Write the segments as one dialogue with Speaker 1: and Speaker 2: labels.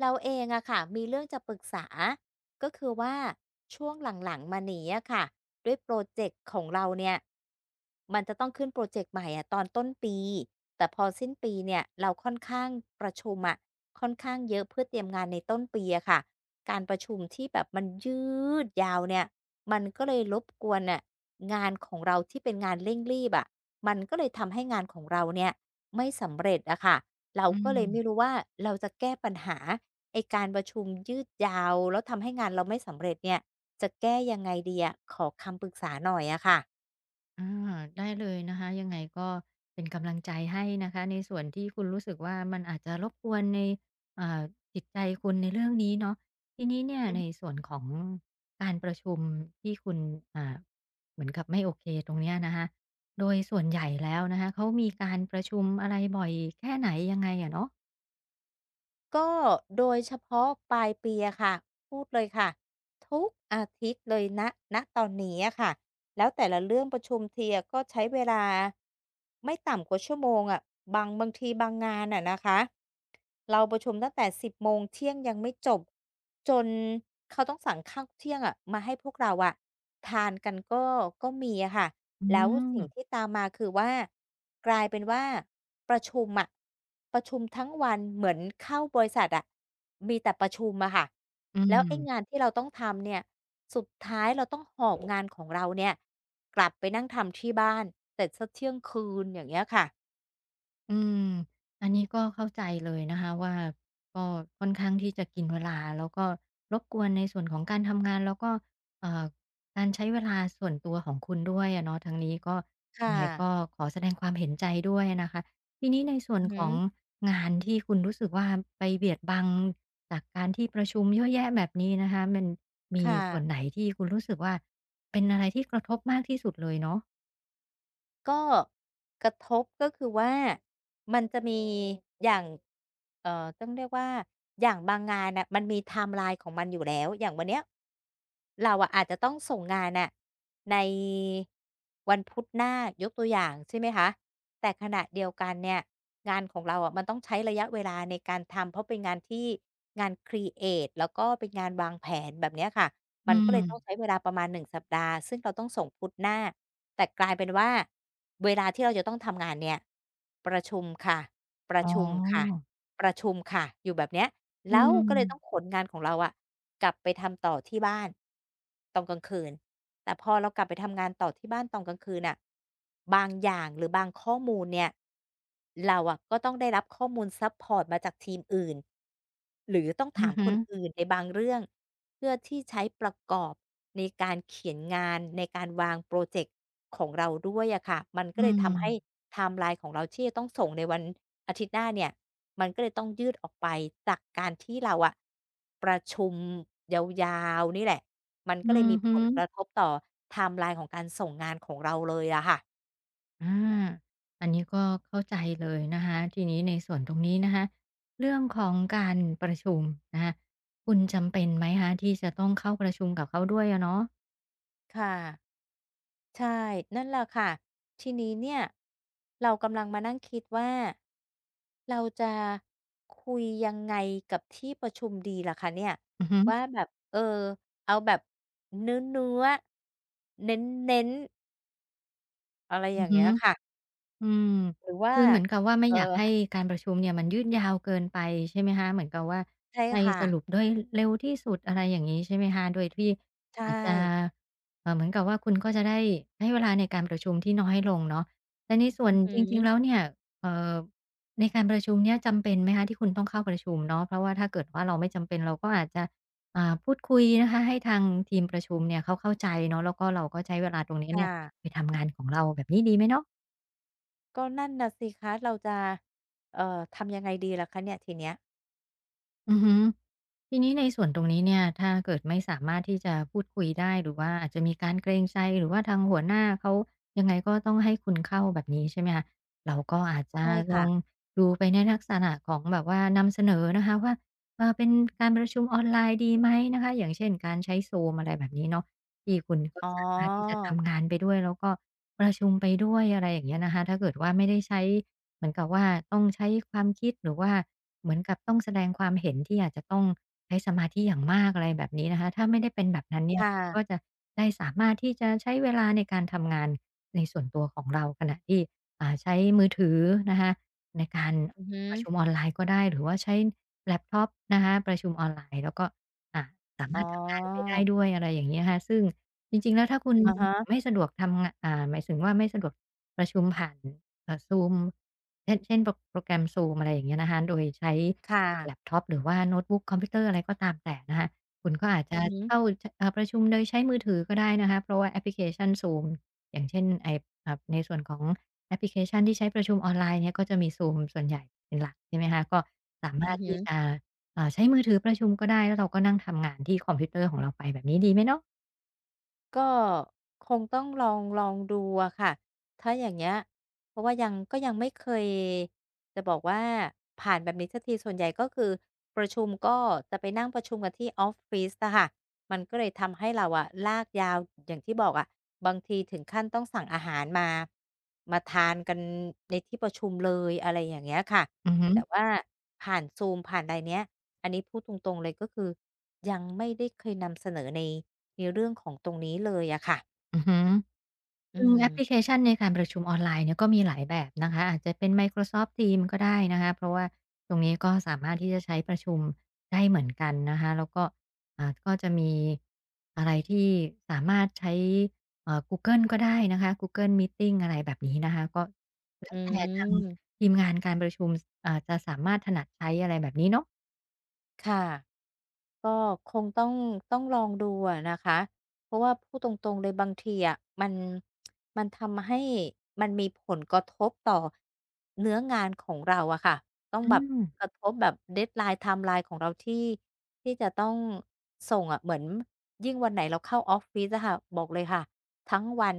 Speaker 1: เราเองอะค่ะมีเรื่องจะปรึกษาก็คือว่าช่วงหลังๆมานี้อะค่ะด้วยโปรเจกต์ของเราเนี่ยมันจะต้องขึ้นโปรเจกต์ใหม่อะตอนต้นปีแต่พอสิ้นปีเนี่ยเราค่อนข้างประชุมอะค่อนข้างเยอะเพื่อเตรียมงานในต้นปีอะค่ะการประชุมที่แบบมันยืดยาวเนี่ยมันก็เลยรบกวนน่ะงานของเราที่เป็นงานเร่งรีบอะมันก็เลยทำให้งานของเราเนี่ยไม่สำเร็จอะค่ะเรา
Speaker 2: อื
Speaker 1: ก็
Speaker 2: ม
Speaker 1: เลยไม่รู้ว่าเราจะแก้ปัญหา ไอ้การประชุมยืดยาวแล้วทำให้งานเราไม่สำเร็จเนี่ยจะแก้ยังไงดีอะขอคำปรึกษาหน่อยอะค่ะ
Speaker 2: อาได้เลยนะคะ ยังไงก็เป็นกำลังใจให้นะคะ ในส่วนที่คุณรู้สึกว่ามันอาจจะรบกวนในอ่าจิตใจคุณในเรื่องนี้เนาะทีนี้เนี่ย
Speaker 1: อือ
Speaker 2: ใน
Speaker 1: ฮึ
Speaker 2: ส่วนของการประชุมที่คุณอ่าเหมือนกับไม่โอเคตรงเนี้ยนะคะโดยส่วนใหญ่แล้วนะคะเขามีการประชุมอะไรบ่อยแค่ไหนยังไงอะเนาะ
Speaker 1: ก็โดยเฉพาะปลายปีอะค่ะพูดเลยค่ะทุกอาทิตย์เลยณณตอนนี้อะค่ะ แล้วแต่ละเรื่องประชุมทีอะก็ใช้เวลาไม่ต่ำกว่าชั่วโมงอะบางทีบางงานอะนะคะเราประชุมตั้งแต่1บโมงเที่ยงยังไม่จบจนเขาต้องสั่งข้าวเที่ยงอะมาให้พวกเราอะทานกันก็ก็มีอะค่ะ
Speaker 2: อื
Speaker 1: แล้ว
Speaker 2: ม
Speaker 1: สิ่งที่ตามมาคือว่ากลายเป็นว่าประชุมอะประชุมทั้งวันเหมือนเข้าบริษัทอะมีแต่ประชุมอะค่ะ
Speaker 2: อื
Speaker 1: แล้วไอ้งาน
Speaker 2: ม
Speaker 1: ที่เราต้องทำเนี่ยสุดท้ายเราต้องหอบงานของเราเนี่ยกลับไปนั่งทำที่บ้านเสร็จสักเที่ยงคืนอย่างเงี้ยค่ะ
Speaker 2: อืมอันนี้ก็เข้าใจเลยนะคะว่าก็ค่อนข้างที่จะกินเวลาแล้วก็รบกวนในส่วนของการทำงานแล้วก็เอ่อการใช้เวลาส่วนตัวของคุณด้วยอะเนาะทางนี้ก็ยัง
Speaker 1: ค่ะ
Speaker 2: ไงก็ขอแสดงความเห็นใจด้วยนะคะทีนี้ในส่ว
Speaker 1: อื
Speaker 2: น
Speaker 1: อ
Speaker 2: ข
Speaker 1: ฮึ
Speaker 2: องงานที่คุณรู้สึกว่าไปเบียดบังจากการที่ประชุมเยอะแยะแบบนี้นะคะมันมี
Speaker 1: ค่ะ
Speaker 2: ส่วนไหนที่คุณรู้สึกว่าเป็นอะไรที่กระทบมากที่สุดเลยเนาะ
Speaker 1: ก็กระทบก็คือว่ามันจะมีอย่างต้องเรียกว่าอย่างบางงานน่ะมันมีไทม์ไลน์ของมันอยู่แล้วอย่างวันเนี้ยเราอะอาจจะต้องส่งงานน่ะในวันพุธหน้ายกตัวอย่างใช่ไหมคะแต่ขณะเดียวกันเนี่ยงานของเราอะมันต้องใช้ระยะเวลาในการทำเพราะเป็นงานที่งานครีเอทิฟแล้วก็เป็นงานวางแผนแบบเนี้ยค่ะ
Speaker 2: อื
Speaker 1: มันก็เล
Speaker 2: ม
Speaker 1: ยต้องใช้เวลาประมาณ1สัปดาห์ซึ่งเราต้องส่งพุธหน้าแต่กลายเป็นว่าเวลาที่เราจะต้องทำงานเนี่ยประชุมค่ะประ
Speaker 2: อ๋
Speaker 1: ชุมค่ะ
Speaker 2: อ
Speaker 1: ประชุมค่ะอยู่แบบเนี้ย
Speaker 2: อื
Speaker 1: แล้ว
Speaker 2: ม
Speaker 1: ก็เลยต้องขนงานของเราอะกลับไปทำต่อที่บ้านตอนกลางคืนแต่พอเรากลับไปทำงานต่อที่บ้านตอนกลางคืนน่ะบางอย่างหรือบางข้อมูลเนี่ยเราอะก็ต้องได้รับข้อมูลซัปพอร์ตมาจากทีมอื่น หรือต้อง
Speaker 2: อื
Speaker 1: ถา
Speaker 2: อ
Speaker 1: มค
Speaker 2: ฮึ
Speaker 1: นอื่นในบางเรื่องเพื่อที่ใช้ประกอบในการเขียนงานในการวางโพรเจกต์ของเราด้วยอะค่ะมัน
Speaker 2: อื
Speaker 1: ก็เลย
Speaker 2: ม
Speaker 1: ทำให้ไทม์ไลน์ของเราที่จะต้องส่งในวันอาทิตย์หน้าเนี่ยมันก็เลยต้องยืดออกไปจากการที่เราอะประชุมยาวๆนี่แหละมัน
Speaker 2: อื
Speaker 1: ก็เลย
Speaker 2: อ
Speaker 1: มี
Speaker 2: ฮึ
Speaker 1: ผลกระทบต่อไทม์ไลน์ของการส่งงานของเราเลยอะค่ะ
Speaker 2: อาอันนี้ก็เข้าใจเลยนะคะ ทีนี้ในส่วนตรงนี้นะคะ เรื่องของการประชุมนะคะคุณจำเป็นไหมคะที่จะต้องเข้าประชุมกับเขาด้วยอะเนาะ
Speaker 1: ค่ะ ใช่นั่นแหละค่ะทีนี้เนี่ยเรากำลังมานั่งคิดว่าเราจะคุยยังไงกับที่ประชุมดีล่ะคะเนี่ย
Speaker 2: อือฮึ
Speaker 1: ว่าแบบเออเอาแบบเนื้อเน้นๆอะไรอ
Speaker 2: อือ
Speaker 1: ย่าง
Speaker 2: ฮึ
Speaker 1: เงี้ยค่ะ
Speaker 2: อืม
Speaker 1: หรือว่า
Speaker 2: คือเหมือนกับว่าไม่
Speaker 1: เออ
Speaker 2: อยากให้การประชุมเนี่ยมันยืดยาวเกินไปใช่ไหมคะเหมือนกับว่า
Speaker 1: ใช่
Speaker 2: ให้
Speaker 1: ค่ะ
Speaker 2: สรุปด้วยเร็วที่สุดอะไรอย่างงี้ใช่ไหมคะโดยที่
Speaker 1: ใช่
Speaker 2: อาจจะเหมือนกับว่าคุณก็จะได้ให้เวลาในการประชุมที่น้อยลงเนาะแต่ในส่ว
Speaker 1: อื
Speaker 2: น
Speaker 1: อหื
Speaker 2: จ
Speaker 1: อ
Speaker 2: ริงๆแล้วเนี่ยเอ่อในการประชุมเนี่ยจำเป็นไหมคะที่คุณต้องเข้าประชุมเนาะเพราะว่าถ้าเกิดว่าเราไม่จำเป็นเราก็อาจจะพูดคุยนะคะให้ทางทีมประชุมเนี่ยเขาเข้าใจเนาะแล้วก็เราก็ใช้เวลาตรงนี้เนี่ย
Speaker 1: ค่ะ
Speaker 2: ไปทำงานของเราแบบนี้ดีไหมเนาะ
Speaker 1: ก็นั่นน่ะสิคะเราจะทำยังไงดีล่ะคะเนี่ยทีเนี้ย
Speaker 2: อือฮึทีนี้ในส่วนตรงนี้เนี่ยถ้าเกิดไม่สามารถที่จะพูดคุยได้หรือว่าอาจจะมีการเกรงใจหรือว่าทางหัวหน้าเขายังไงก็ต้องให้คุณเข้าแบบนี้ใช่ไหมคะเราก็อาจจะ
Speaker 1: ใช่
Speaker 2: ลอ
Speaker 1: ค่ะ
Speaker 2: งดูไปในลักษณะของแบบว่านำเสนอนะคะว่าเออเป็นการประชุมออนไลน์ดีไหมนะคะอย่างเช่นการใช้ Zoom อะไรแบบนี้เนาะที่คุณก็
Speaker 1: อ๋อ
Speaker 2: สามารถที่จะทำงานไปด้วยแล้วก็ประชุมไปด้วยอะไรอย่างเงี้ยนะคะถ้าเกิดว่าไม่ได้ใช้เหมือนกับว่าต้องใช้ความคิดหรือว่า เหมือนกับต้องแสดงความเห็นที่อาจจะต้องใช้สมาธิอย่างมากอะไรแบบนี้นะคะถ้าไม่ได้เป็นแบบนั้นเนี่ยคุณก็
Speaker 1: ค่ะ
Speaker 2: จะได้สามารถที่จะใช้เวลาในการทำงานในส่วนตัวของเราขณะที่ใช้มือถือนะคะในการ
Speaker 1: อือหื
Speaker 2: ป
Speaker 1: อ
Speaker 2: ระชุมออนไลน์ก็ได้หรือว่าใช้แล็ปท็อปนะคะประชุมออนไลน์แล้วก็อ่า
Speaker 1: อ๋อ
Speaker 2: ทำงานไปได้ด้วยอะไรอย่างเงี้ยค่ะซึ่งจริงๆแล้วถ้าคุณ
Speaker 1: อะ
Speaker 2: ไม่
Speaker 1: ฮะ
Speaker 2: สะดวกทำงะหมายถึงว่าไม่สะดวกประชุมผ่านZoom เช่นโปรแกรม Zoom อะไรอย่างเงี้ยนะคะโดยใช้
Speaker 1: ค่ะ
Speaker 2: แล็ปท็อปหรือว่าโน้ตบุ๊กคอมพิวเตอร์อะไรก็ตามแต่นะคะคุณก็อาจจะ
Speaker 1: อือฮึ
Speaker 2: เข้าชอ่าประชุมโดยใช้มือถือก็ได้นะคะเพราะว่าแอปพลิเคชัน Zoom อย่างเช่นไอ้ในส่วนของแอปพลิเคชันที่ใช้ประชุมออนไลน์เนี่ยก็จะมี Zoom ส่วนใหญ่เป็นหลักใช่ไหมคะก็สามา
Speaker 1: อื
Speaker 2: รถ
Speaker 1: อฮึ
Speaker 2: ที่จะ ใช้มือถือประชุมก็ได้แล้วเราก็นั่งทำงานที่คอมพิวเตอร์ของเราไปแบบนี้ดีไหมเนาะ
Speaker 1: ก็คงต้องลองดูอะค่ะถ้าอย่างเงี้ยเพราะว่ายังก็ยังไม่เคยจะบอกว่าผ่านแบบนี้สักทีส่วนใหญ่ก็คือประชุมก็จะไปนั่งประชุมกันที่ออฟฟิศอะค่ะมันก็เลยทำให้เราอะลากยาวอย่างที่บอกอะบางทีถึงขั้นต้องสั่งอาหารมามาทานกันในที่ประชุมเลยอะไรอย่างเงี้ยค่ะ
Speaker 2: อือฮึ
Speaker 1: แต่ว่าผ่านซูมผ่านอะไรเนี้ยอันนี้พูดตรงๆเลยก็คือยังไม่ได้เคยนำเสนอใน ในเรื่องของตรงนี้เลยอะค่ะ
Speaker 2: อือฮึ
Speaker 1: อื
Speaker 2: ซึ่งแอปพลิเค
Speaker 1: ม
Speaker 2: ชันในการประชุมออนไลน์เนี่ยก็มีหลายแบบนะคะอาจจะเป็น Microsoft Teams ก็ได้นะคะเพราะว่าตรงนี้ก็สามารถที่จะใช้ประชุมได้เหมือนกันนะคะแล้วก็ก็จะมีอะไรที่สามารถใช้กูเกิลก็ได้นะคะ Google Meeting อะไรแบบนี้นะคะก็แล้
Speaker 1: อื
Speaker 2: วแต่ทาง
Speaker 1: ม
Speaker 2: ทีมงานการประชุมจะสามารถถนัดใช้อะไรแบบนี้เนาะ
Speaker 1: ค่ะ ก็คงต้องลองดูอะนะคะเพราะว่าพูดตรงๆเลยบางทีอะมันทำให้มันมีผลกระทบต่อเนื้องานของเราอะค่ะต้อง
Speaker 2: อื
Speaker 1: แบบ
Speaker 2: ม
Speaker 1: กระทบแบบ deadline ไทม์ไลน์ของเราที่จะต้องส่งอะเหมือนยิ่งวันไหนเราเข้าออฟฟิศอะค่ะบอกเลยค่ะทั้งวัน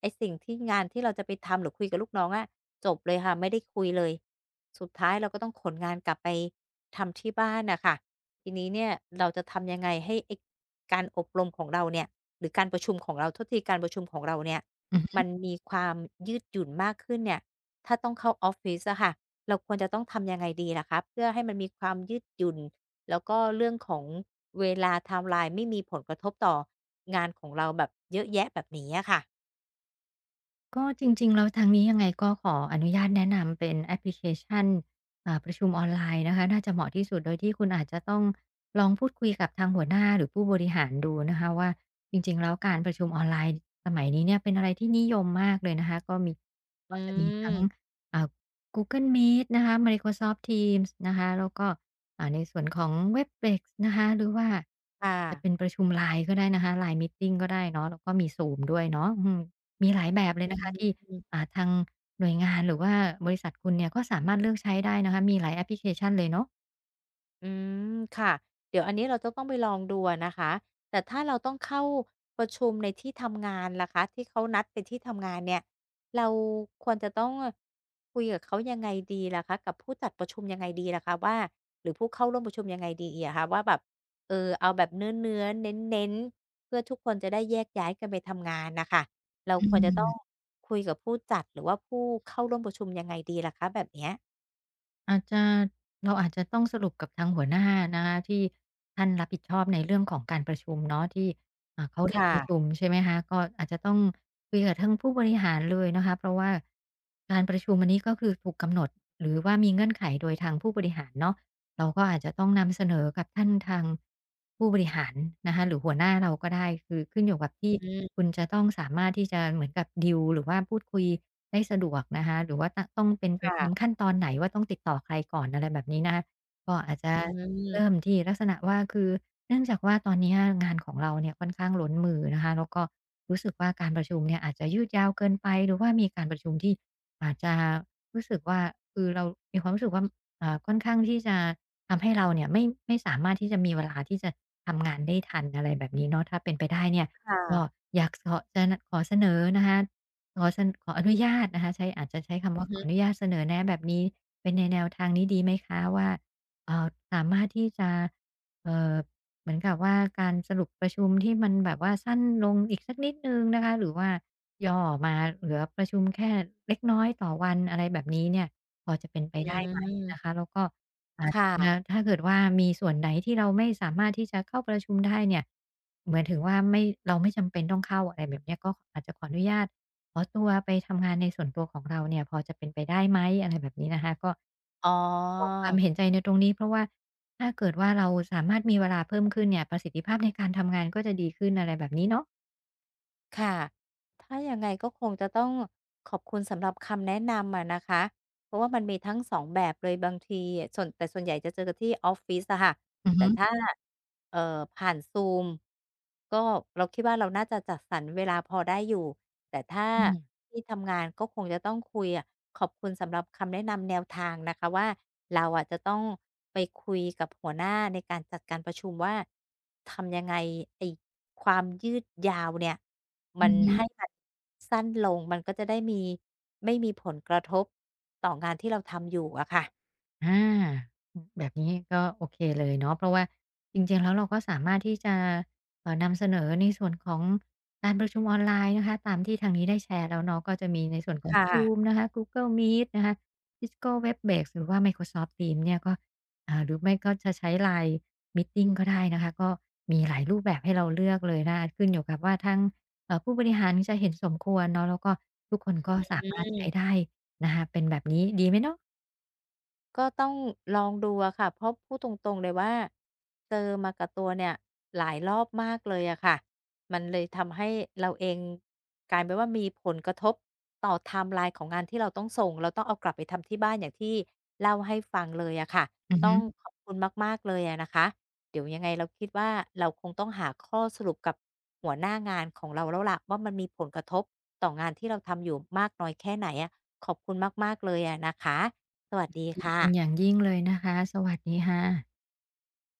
Speaker 1: ไอสิ่งที่งานที่เราจะไปทำหรือคุยกับลูกน้องอะจบเลยค่ะไม่ได้คุยเลยสุดท้ายเราก็ต้องขนงานกลับไปทำที่บ้านนะคะ ทีนี้เนี่ยเราจะทำยังไงให้ไอ้การอบรมของเราเนี่ยหรือการประชุมของเราโทษทีการประชุมของเราเนี่ยมันมีความยืดหยุ่นมากขึ้นเนี่ยถ้าต้องเข้าออฟฟิศอะค่ะเราควรจะต้องทำยังไงดีล่ะคะเพื่อให้มันมีความยืดหยุ่นแล้วก็เรื่องของเวลาไทม์ไลน์ไม่มีผลกระทบต่องานของเราแบบเยอะแยะแบบนี้อะค่ะ
Speaker 2: ก็จริงๆแล้วทางนี้ยังไงก็ขออนุญาตแนะนำเป็นแอปพลิเคชันประชุมออนไลน์นะคะน่าจะเหมาะที่สุดโดยที่คุณอาจจะต้องลองพูดคุยกับทางหัวหน้าหรือผู้บริหารดูนะคะว่าจริงๆแล้วการประชุมออนไลน์สมัยนี้เนี่ยเป็นอะไรที่นิยมมากเลยนะคะก็มี
Speaker 1: อื
Speaker 2: ก็จะมีทั้
Speaker 1: ม
Speaker 2: งอ่า Google Meet นะคะ Microsoft Teams นะคะแล้วก็ในส่วนของ Webex นะคะหรือว่า
Speaker 1: ค่ะ
Speaker 2: จะเป็นประชุม LINE ก็ได้นะคะ LINE Meeting ก็ได้เนาะแล้วก็มี Zoom ด้วยเนาะอืม มีหลายแบบเลย
Speaker 1: อื
Speaker 2: นะคะที่
Speaker 1: ม
Speaker 2: ทางหน่วยงานหรือว่าบริษัทคุณเนี่ยก็สามารถเลือกใช้ได้นะคะมีหลายแอปพลิเคชันเลยเนาะ
Speaker 1: อืมค่ะเดี๋ยวอันนี้เราจะต้องไปลองดูอะนะคะแต่ถ้าเราต้องเข้าประชุมในที่ทำงานล่ะคะที่เขานัดไปที่ทำงานเนี่ยเราควรจะต้องคุยกับเขายังไงดีล่ะคะกับผู้จัดประชุมยังไงดีล่ะคะว่าหรือผู้เข้าร่วมประชุมยังไงดีอะคะว่าแบบเออเอาแบบเนื้อเน้นเน้นๆเพื่อทุกคนจะได้แยกย้ายกันไปทำงานนะคะเรา
Speaker 2: อื
Speaker 1: ควรจะต้อง
Speaker 2: ม
Speaker 1: คุยกับผู้จัดหรือว่าผู้เข้าร่วมประชุมยังไงดีล่ะคะแบบเนี้ย
Speaker 2: อาจจะเราอาจจะต้องสรุปกับทางหัวหน้านะคะที่ท่านรับผิดชอบในเรื่องของการประชุมเนาะที่เขาเรียกประชุม
Speaker 1: ค่ะ
Speaker 2: ใช่ไหมคะก็อาจจะต้องคุยกับทางผู้บริหารเลยนะคะเพราะว่าการประชุมอันนี้ก็คือถูกกำหนดหรือว่ามีเงื่อนไขโดยทางผู้บริหารเนาะ เราก็อาจจะต้องนำเสนอกับท่านทางผู้บริหารนะคะหรือหัวหน้าเราก็ได้คือขึ้นอยู่กับที่
Speaker 1: อืม
Speaker 2: คุณจะต้องสามารถที่จะเหมือนกับดีลหรือว่าพูดคุยได้สะดวกนะคะหรือว่าตะต้องเป็นไปตาม
Speaker 1: ค่ะ
Speaker 2: ขั้นตอนไหนว่าต้องติดต่อใครก่อนอะไรแบบนี้นะคะก็อาจจะ
Speaker 1: อืม
Speaker 2: เริ่มที่ลักษณะว่าคือเนื่องจากว่าตอนเนี้ยงานของเราเนี่ยค่อนข้างล้นมือนะคะแล้วก็รู้สึกว่าการประชุมเนี่ยอาจจะยืดยาวเกินไปหรือว่ามีการประชุมที่อาจจะรู้สึกว่าคือเรามีความรู้สึกว่าค่อนข้างที่จะ ทำให้เราเนี่ยไม่สามารถที่จะมีเวลาที่จะทำงานได้ทันอะไรแบบนี้เนาะถ้าเป็นไปได้เนี่ย
Speaker 1: ค่ะ
Speaker 2: ก็อยากเสาะจะขอเสนอนะคะขอเสนขออนุญาตนะคะใช้อาจจะใช้คำ
Speaker 1: อื
Speaker 2: ว่า
Speaker 1: อ
Speaker 2: ขอ
Speaker 1: ฮึ
Speaker 2: อนุญาตเสนอแนะแบบนี้เป็นในแนวทางนี้ดีไหมคะว่าเอ่อสามารถที่จะเอ่อเหมือนกับว่าการสรุปประชุมที่มันแบบว่าสั้นลงอีกสักนิดหนึ่งนะคะหรือว่าย่อมาเหลือประชุมแค่เล็กน้อยต่อวันอะไรแบบนี้เนี่ยพอจะเป็นไป
Speaker 1: อื
Speaker 2: ได้ไหมนะคะ
Speaker 1: ม
Speaker 2: แล้วก็ อา
Speaker 1: ค
Speaker 2: จนะ
Speaker 1: ่ะ
Speaker 2: ถ้าเกิดว่ามีส่วนไหนที่เราไม่สามารถที่จะเข้าประชุมได้เนี่ยหมายถึงว่าไม่เราไม่จำเป็นต้องเข้าอะไรแบบเนี้ยก็อาจจะขออนุญาตขอตัวไปทำงานในส่วนตัวของเราเนี่ยพอจะเป็นไปได้ไหมอะไรแบบนี้นะคะก็
Speaker 1: อ๋อ
Speaker 2: ขอความเห็นใจในตรงนี้เพราะว่าถ้าเกิดว่าเราสามารถมีเวลาเพิ่มขึ้นเนี่ยประสิทธิภาพในการทำงานก็จะดีขึ้นอะไรแบบนี้เนาะ
Speaker 1: ค่ะ ถ้ายังไงก็คงจะต้องขอบคุณสำหรับคำแนะนำอะนะคะ เพราะว่ามันมีทั้งสองแบบเลยบางทีอะส่วนแต่ส่วนใหญ่จะเจอกันที่ออฟฟิศอะค่ะ
Speaker 2: อือฮึ
Speaker 1: แต่ถ้าเอ่อผ่าน Zoom ก็เราคิดว่าเราน่าจะจัดสรรเวลาพอได้อยู่แต่ถ้า
Speaker 2: อืม
Speaker 1: ที่ทำงานก็คงจะต้องคุยอะขอบคุณสำหรับคำแนะนำแนวทางนะคะว่าเราอะจะต้องไปคุยกับหัวหน้าในการจัดการประชุมว่าทำยังไงไอ้ความยืดยาวเนี่ย
Speaker 2: อื
Speaker 1: มัน
Speaker 2: อฮึ
Speaker 1: ให้มันสั้นลงมันก็จะได้ไม่มีผลกระทบต่องานที่เราทำอยู่อะค่ะ
Speaker 2: อาแบบนี้ก็โอเคเลยเนาะเพราะว่าจริงๆแล้วเราก็สามารถที่จะนำเสนอในส่วนของการประชุมออนไลน์นะคะตามที่ทางนี้ได้แชร์แล้วเนาะก็จะมีในส่วนของ
Speaker 1: ค่ะ
Speaker 2: Zoom นะคะ Google Meet นะคะ Cisco Webex หรือว่า Microsoft Teams เนี่ยก็หรือไม่ก็จะใช้ LINE Meeting ก็ได้นะคะก็มีหลายรูปแบบให้เราเลือกเลยนะคะขึ้นอยู่กับว่าทางผู้บริหารจะเห็นสมควรเนาะแล้วก็ทุกคนก็สา
Speaker 1: อื
Speaker 2: มารถใช้
Speaker 1: ม
Speaker 2: ได้นะคะเป็นแบบนี้ดีไหมเนาะ
Speaker 1: ก็ต้องลองดูอะค่ะเพราะพูดตรงๆเลยว่าเจอมากับตัวเนี่ยหลายรอบมากเลยอะค่ะมันเลยทำให้เราเองกลายเป็นว่ามีผลกระทบต่อไทม์ไลน์ของงานที่เราต้องส่งเราต้องเอากลับไปทำที่บ้านอย่างที่เล่าให้ฟังเลยอะค่ะ
Speaker 2: อือ
Speaker 1: ต้
Speaker 2: ฮึ
Speaker 1: องขอบคุณมากๆเลยอะนะคะเดี๋ยวยังไงเราคิดว่าเราคงต้องหาข้อสรุปกับหัวหน้างานของเราแล้วล่ะว่ามันมีผลกระทบต่องานที่เราทำอยู่มากน้อยแค่ไหนอะขอบคุณมากๆเลยอะนะคะ สวัสดี
Speaker 2: ดีเป็นอย่าง
Speaker 1: ค่ะ
Speaker 2: ยิ่งเลยนะคะสวัสดีค่ะ